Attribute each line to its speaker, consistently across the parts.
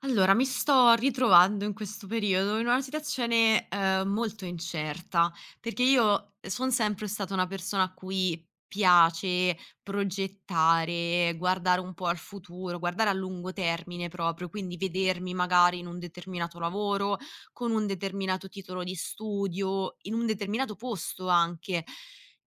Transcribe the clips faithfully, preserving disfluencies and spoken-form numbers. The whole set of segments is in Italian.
Speaker 1: Allora, mi sto ritrovando in questo periodo in una situazione, ehm, molto incerta, perché io son sempre stata una persona a cui piace progettare, guardare un po' al futuro, guardare a lungo termine proprio, quindi vedermi magari in un determinato lavoro, con un determinato titolo di studio, in un determinato posto anche.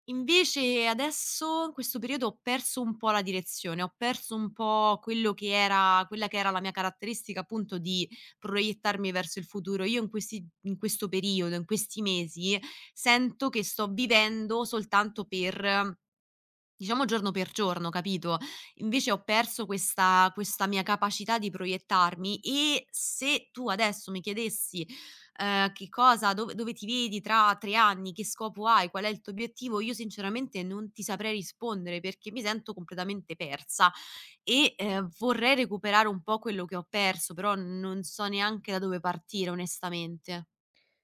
Speaker 1: Invece adesso, in questo periodo, ho perso un po' la direzione, ho perso un po' quello che era quella che era la mia caratteristica, appunto, di proiettarmi verso il futuro. Io in questi in questo periodo, in questi mesi, sento che sto vivendo soltanto per Diciamo giorno per giorno, capito, invece ho perso questa questa mia capacità di proiettarmi. E se tu adesso mi chiedessi, ehm, che cosa, dove dove ti vedi tra tre anni, che scopo hai, qual è il tuo obiettivo, io sinceramente non ti saprei rispondere perché mi sento completamente persa e, ehm, vorrei recuperare un po' quello che ho perso, però non so neanche da dove partire onestamente.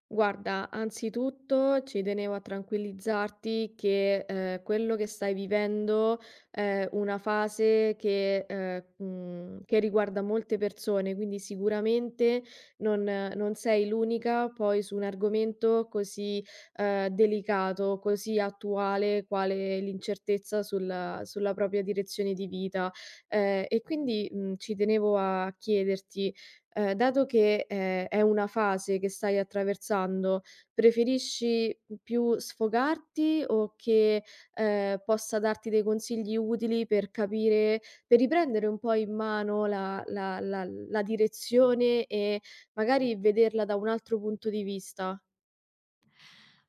Speaker 2: Guarda, anzitutto ci tenevo a tranquillizzarti che, ehm, quello che stai vivendo è una fase che ehm, mhmm, che riguarda molte persone, quindi sicuramente non non sei l'unica poi su un argomento così, ehm, delicato, così attuale quale l'incertezza sulla sulla propria direzione di vita. Ehm, e quindi, mhmm, ci tenevo a chiederti Ehm, dato che, ehm, è una fase che stai attraversando, preferisci, mhmm, più sfogarti o che, ehm, possa darti dei consigli utili per capire, per riprendere un po' in mano la la la la direzione e magari vederla da un altro punto di vista?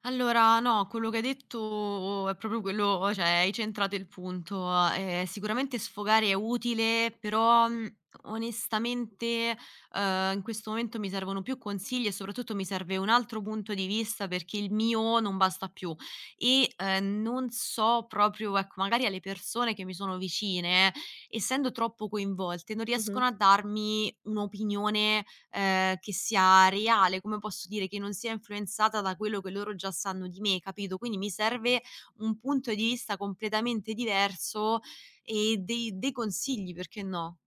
Speaker 1: Allora, no, quello che hai detto è proprio quello, cioè hai centrato il punto. Ehm, sicuramente sfogare è utile, però, mhmm, onestamente, uhm, in questo momento mi servono più consigli e soprattutto mi serve un altro punto di vista perché il mio non basta più e, ehm, non so proprio, ecco, magari alle persone che mi sono vicine, eh, essendo troppo coinvolte, non
Speaker 2: Mh-mh.
Speaker 1: riescono a darmi un'opinione ehm, che sia reale, come posso dire, che non sia influenzata da quello che loro già sanno di me, capito? Quindi mi serve un punto di vista completamente diverso e dei dei consigli, perché no?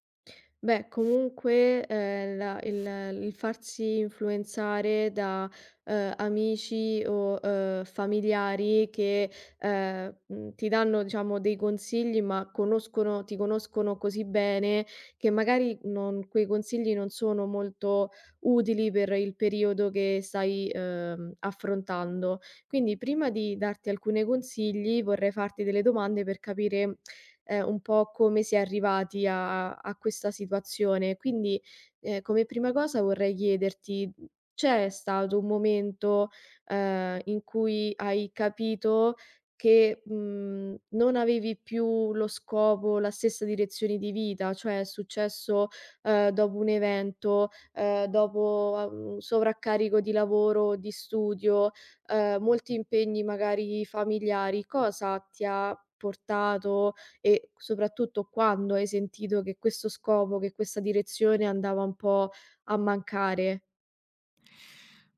Speaker 2: Beh, comunque, ehm, la il il farsi influenzare da, ehm, amici o, ehm, familiari che, ehm, mhmm, ti danno diciamo dei consigli, ma conoscono ti conoscono così bene che magari non quei consigli non sono molto utili per il periodo che stai, ehm, affrontando. Quindi prima di darti alcune consigli vorrei farti delle domande per capire, ehm, un po' come si è arrivati a a questa situazione. Quindi, ehm, come prima cosa vorrei chiederti, mhmm, c'è stato un momento, ehm, in cui hai capito che, mhmm, non avevi più lo scopo, la stessa direzione di vita. Cioè è successo, ehm, dopo un evento, ehm, dopo a un sovraccarico di lavoro o di studio, ehm, molti impegni magari familiari? Cosa ti ha portato e soprattutto quando hai sentito che questo scopo, che questa direzione andava un po' a mancare?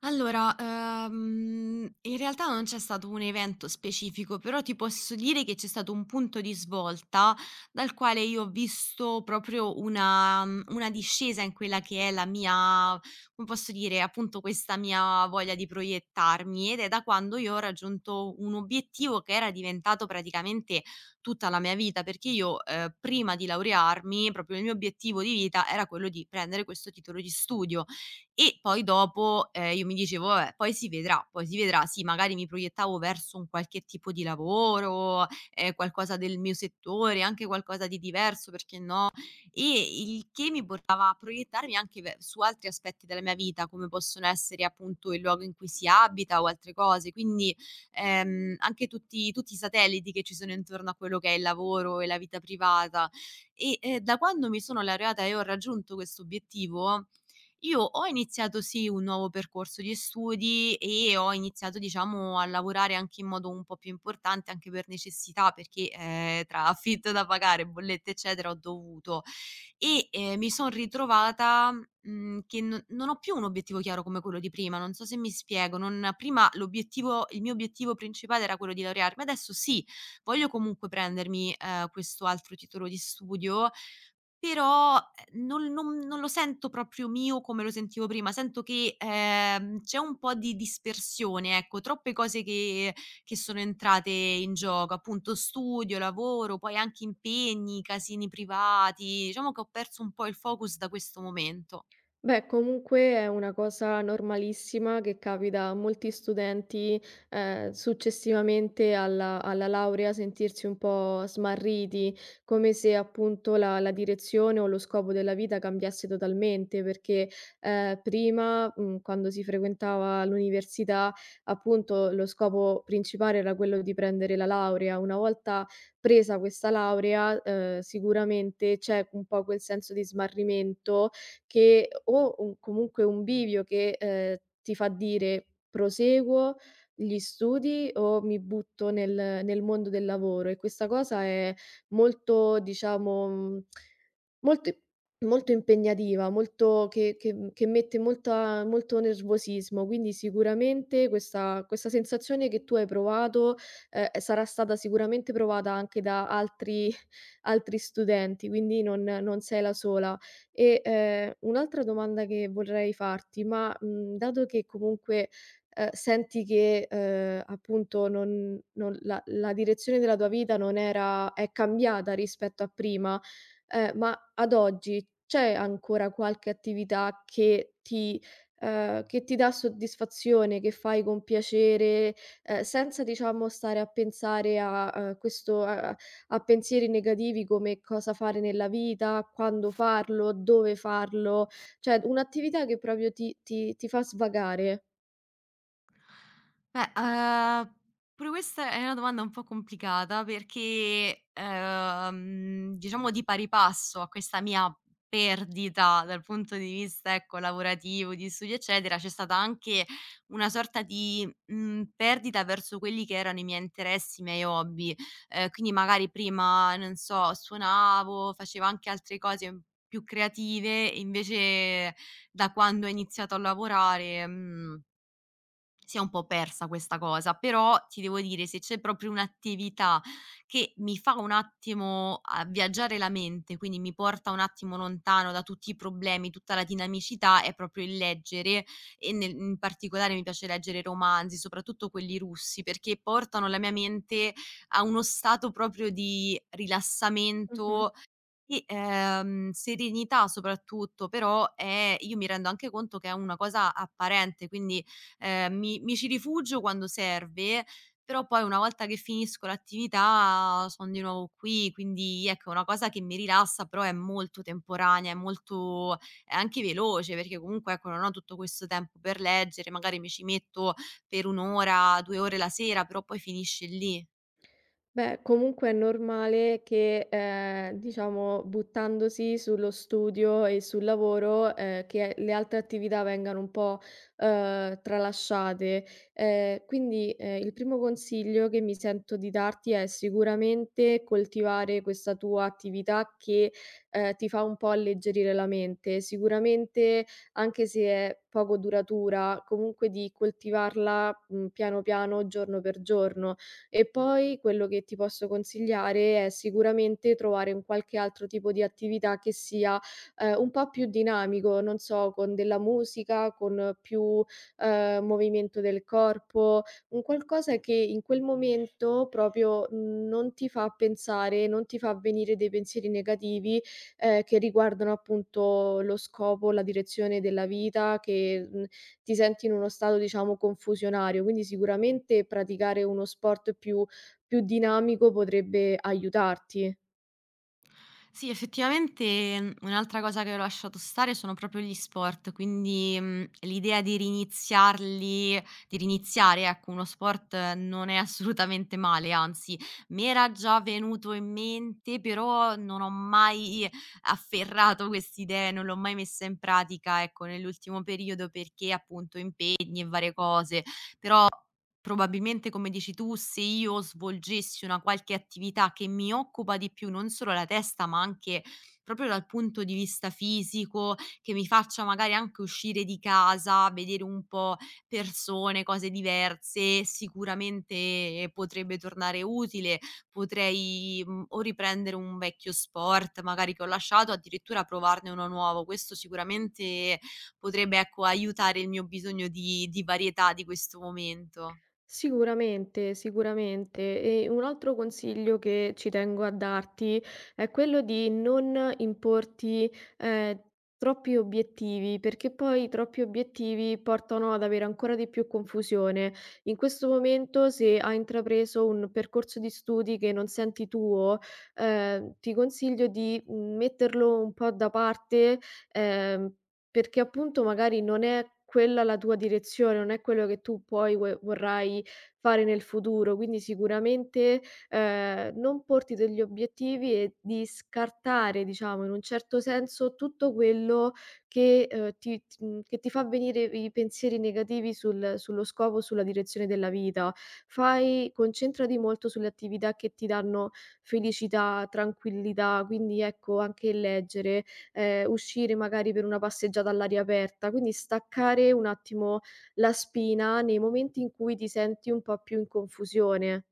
Speaker 1: Allora, ehm, in realtà non c'è stato un evento specifico, però ti posso dire che c'è stato un punto di svolta dal quale io ho visto proprio una mhmm, una discesa in quella che è la mia, come posso dire, appunto questa mia voglia di proiettarmi, ed è da quando io ho raggiunto un obiettivo che era diventato praticamente tutta la mia vita, perché io, ehm, prima di laurearmi, proprio il mio obiettivo di vita era quello di prendere questo titolo di studio. E poi dopo, ehm, io mi dicevo: "Vabbè, poi si vedrà, poi si vedrà". Sì, magari mi proiettavo verso un qualche tipo di lavoro, ehm, qualcosa del mio settore, anche qualcosa di diverso, perché no, e il che mi portava a proiettarmi anche ve su altri aspetti della mia vita, come possono essere appunto il luogo in cui si abita o altre cose. Quindi, ehm, anche tutti tutti i satelliti che ci sono intorno a quello che è il lavoro e la vita privata. E, ehm, da quando mi sono laureata e ho raggiunto questo obiettivo, io ho iniziato sì un nuovo percorso di studi e ho iniziato, diciamo, a lavorare anche in modo un po' più importante, anche per necessità, perché, ehm, tra affitto da pagare, bollette eccetera, ho dovuto. E, ehm, mi son ritrovata, mhmm, che no, non ho più un obiettivo chiaro come quello di prima, non so se mi spiego, non, prima l'obiettivo, il mio obiettivo principale era quello di laurearmi, adesso sì, voglio comunque prendermi, ehm, questo altro titolo di studio, però, ehm, non non non lo sento proprio mio come lo sentivo prima, sento che, ehm, c'è un po' di dispersione, ecco, troppe cose che che sono entrate in gioco, appunto studio, lavoro, poi anche impegni, casini privati, diciamo che ho perso un po' il focus da questo momento.
Speaker 2: Beh, comunque è una cosa normalissima che capita a molti studenti, ehm, successivamente alla alla laurea, sentirsi un po' smarriti, come se appunto la la direzione o lo scopo della vita cambiasse totalmente, perché, ehm, prima, mhmm, quando si frequentava l'università, appunto lo scopo principale era quello di prendere la laurea. Una volta presa questa laurea, ehm, sicuramente c'è un po' quel senso di smarrimento, che o un comunque un bivio che, ehm, ti fa dire: "Proseguo gli studi o mi butto nel nel mondo del lavoro." E questa cosa è molto, diciamo, mhmm, molto molto impegnativa, molto che che mhmm, che mette molta molto nervosismo, quindi sicuramente questa questa sensazione che tu hai provato, ehm, sarà stata sicuramente provata anche da altri altri studenti, quindi non non sei la sola. E, ehm, un'altra domanda che vorrei farti, ma, mhmm, dato che comunque, ehm, senti che, ehm, appunto non non la la direzione della tua vita non era è cambiata rispetto a prima, ehm, ma ad oggi c'è ancora qualche attività che ti ehm, che ti dà soddisfazione, che fai con piacere, ehm, senza diciamo stare a pensare a, ehm, questo a a pensieri negativi come cosa fare nella vita, quando farlo, dove farlo, cioè un'attività che proprio ti ti ti fa svagare.
Speaker 1: Beh, uhm, pure questa è una domanda un po' complicata, perché, ehm, diciamo di pari passo a questa mia perdita dal punto di vista, ecco, lavorativo, di studio, eccetera, c'è stata anche una sorta di, mhmm, perdita verso quelli che erano i miei interessi, i miei hobby. Ehm, quindi magari prima, non so, suonavo, facevo anche altre cose più creative, invece da quando ho iniziato a lavorare, mhmm, si è un po' persa questa cosa, però ti devo dire, se c'è proprio un'attività che mi fa un attimo a viaggiare la mente, quindi mi porta un attimo lontano da tutti i problemi, tutta la dinamicità, è proprio il leggere. E nel in particolare mi piace leggere romanzi, soprattutto quelli russi, perché portano la mia mente a uno stato proprio di
Speaker 2: Mh-mh.
Speaker 1: rilassamento, sì, ehm, serenità soprattutto, però è, io mi rendo anche conto che è una cosa apparente, quindi, ehm, mi mi ci rifugio quando serve, però poi una volta che finisco l'attività son di nuovo qui, quindi ecco è una cosa che mi rilassa, però è molto temporanea, è molto, è anche veloce, perché comunque, ecco, non ho tutto questo tempo per leggere, magari mi ci metto per un' ora, due ore la sera, però poi finisce lì.
Speaker 2: Beh, comunque è normale che, ehm, diciamo, buttandosi sullo studio e sul lavoro, ehm, che le altre attività vengano un po', uhm, tralasciate. Ehm, quindi, ehm, il primo consiglio che mi sento di darti è sicuramente coltivare questa tua attività che, ehm, ti fa un po' alleggerire la mente. Sicuramente, anche se è poco duratura, comunque di coltivarla, mhmm, piano piano, giorno per giorno. E poi quello che ti posso consigliare è sicuramente trovare un qualche altro tipo di attività che sia, ehm, un po' più dinamico, non so, con della musica, con più, ehm, movimento del corpo, un qualcosa che in quel momento proprio non ti fa pensare, non ti fa venire dei pensieri negativi, ehm, che riguardano appunto lo scopo, la direzione della vita, che, mhmm ti senti in uno stato, diciamo, confusionario. Quindi sicuramente praticare uno sport più più dinamico potrebbe aiutarti.
Speaker 1: Sì, effettivamente, mhmm, un'altra cosa che ho lasciato stare sono proprio gli sport, quindi, mhmm, l'idea di riniziarli di riniziare, ecco, uno sport, eh, non è assolutamente male, anzi m'era già venuto in mente, però non ho mai afferrato quest'idea, non l'ho mai messa in pratica, ecco, nell'ultimo periodo perché appunto impegni e varie cose, però probabilmente, come dici tu, se io svolgessi una qualche attività che mi occupa di più non solo la testa, ma anche proprio dal punto di vista fisico, che mi faccia magari anche uscire di casa, vedere un po' persone, cose diverse, sicuramente potrebbe tornare utile. Potrei mh, o riprendere un vecchio sport, magari che ho lasciato, addirittura provarne uno nuovo. Questo sicuramente potrebbe, ecco, aiutare il mio bisogno di, di varietà di questo momento.
Speaker 2: Sicuramente, sicuramente. E un altro consiglio che ci tengo a darti è quello di non importi, ehm, troppi obiettivi, perché poi troppi obiettivi portano ad avere ancora di più confusione. In questo momento, se hai intrapreso un percorso di studi che non senti tuo, ehm, ti consiglio di, mhmm, metterlo un po' da parte, ehm perché appunto magari non è quella la tua direzione, non è quello che tu poi vuoi vorrai fare nel futuro, quindi sicuramente, ehm, non porti degli obiettivi e di scartare, diciamo, in un certo senso tutto quello che, ehm, ti ti mhmm, che ti fa venire i pensieri negativi sul sullo scopo, sulla direzione della vita. Fai concentrati molto sulle attività che ti danno felicità, tranquillità, quindi ecco anche il leggere, ehm, uscire magari per una passeggiata all'aria aperta, quindi staccare un attimo la spina nei momenti in cui ti senti un po' più in confusione.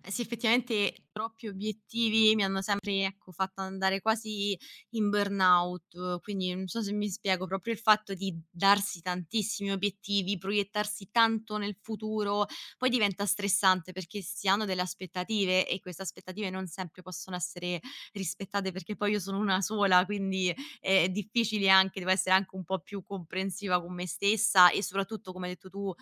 Speaker 1: Eh sì, effettivamente troppi obiettivi mi hanno sempre, ecco, fatto andare quasi in burnout, quindi non so se mi spiego, proprio il fatto di darsi tantissimi obiettivi, proiettarsi tanto nel futuro, poi diventa stressante perché si hanno delle aspettative e queste aspettative non sempre possono essere rispettate perché poi io sono una sola, quindi è difficile anche, devo essere anche un po' più comprensiva con me stessa e soprattutto, come hai detto tu,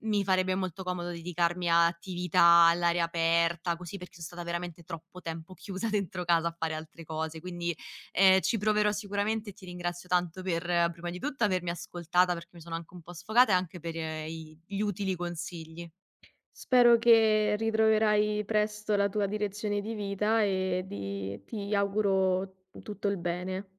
Speaker 1: mi farebbe molto comodo dedicarmi a attività all'aria aperta, così, perché sono stata veramente troppo tempo chiusa dentro casa a fare altre cose. Quindi, ehm, ci proverò sicuramente e ti ringrazio tanto per, eh, prima di tutto, avermi ascoltata perché mi sono anche un po' sfogata e anche per, eh, i gli utili consigli.
Speaker 2: Spero che ritroverai presto la tua direzione di vita e di ti auguro tutto il bene.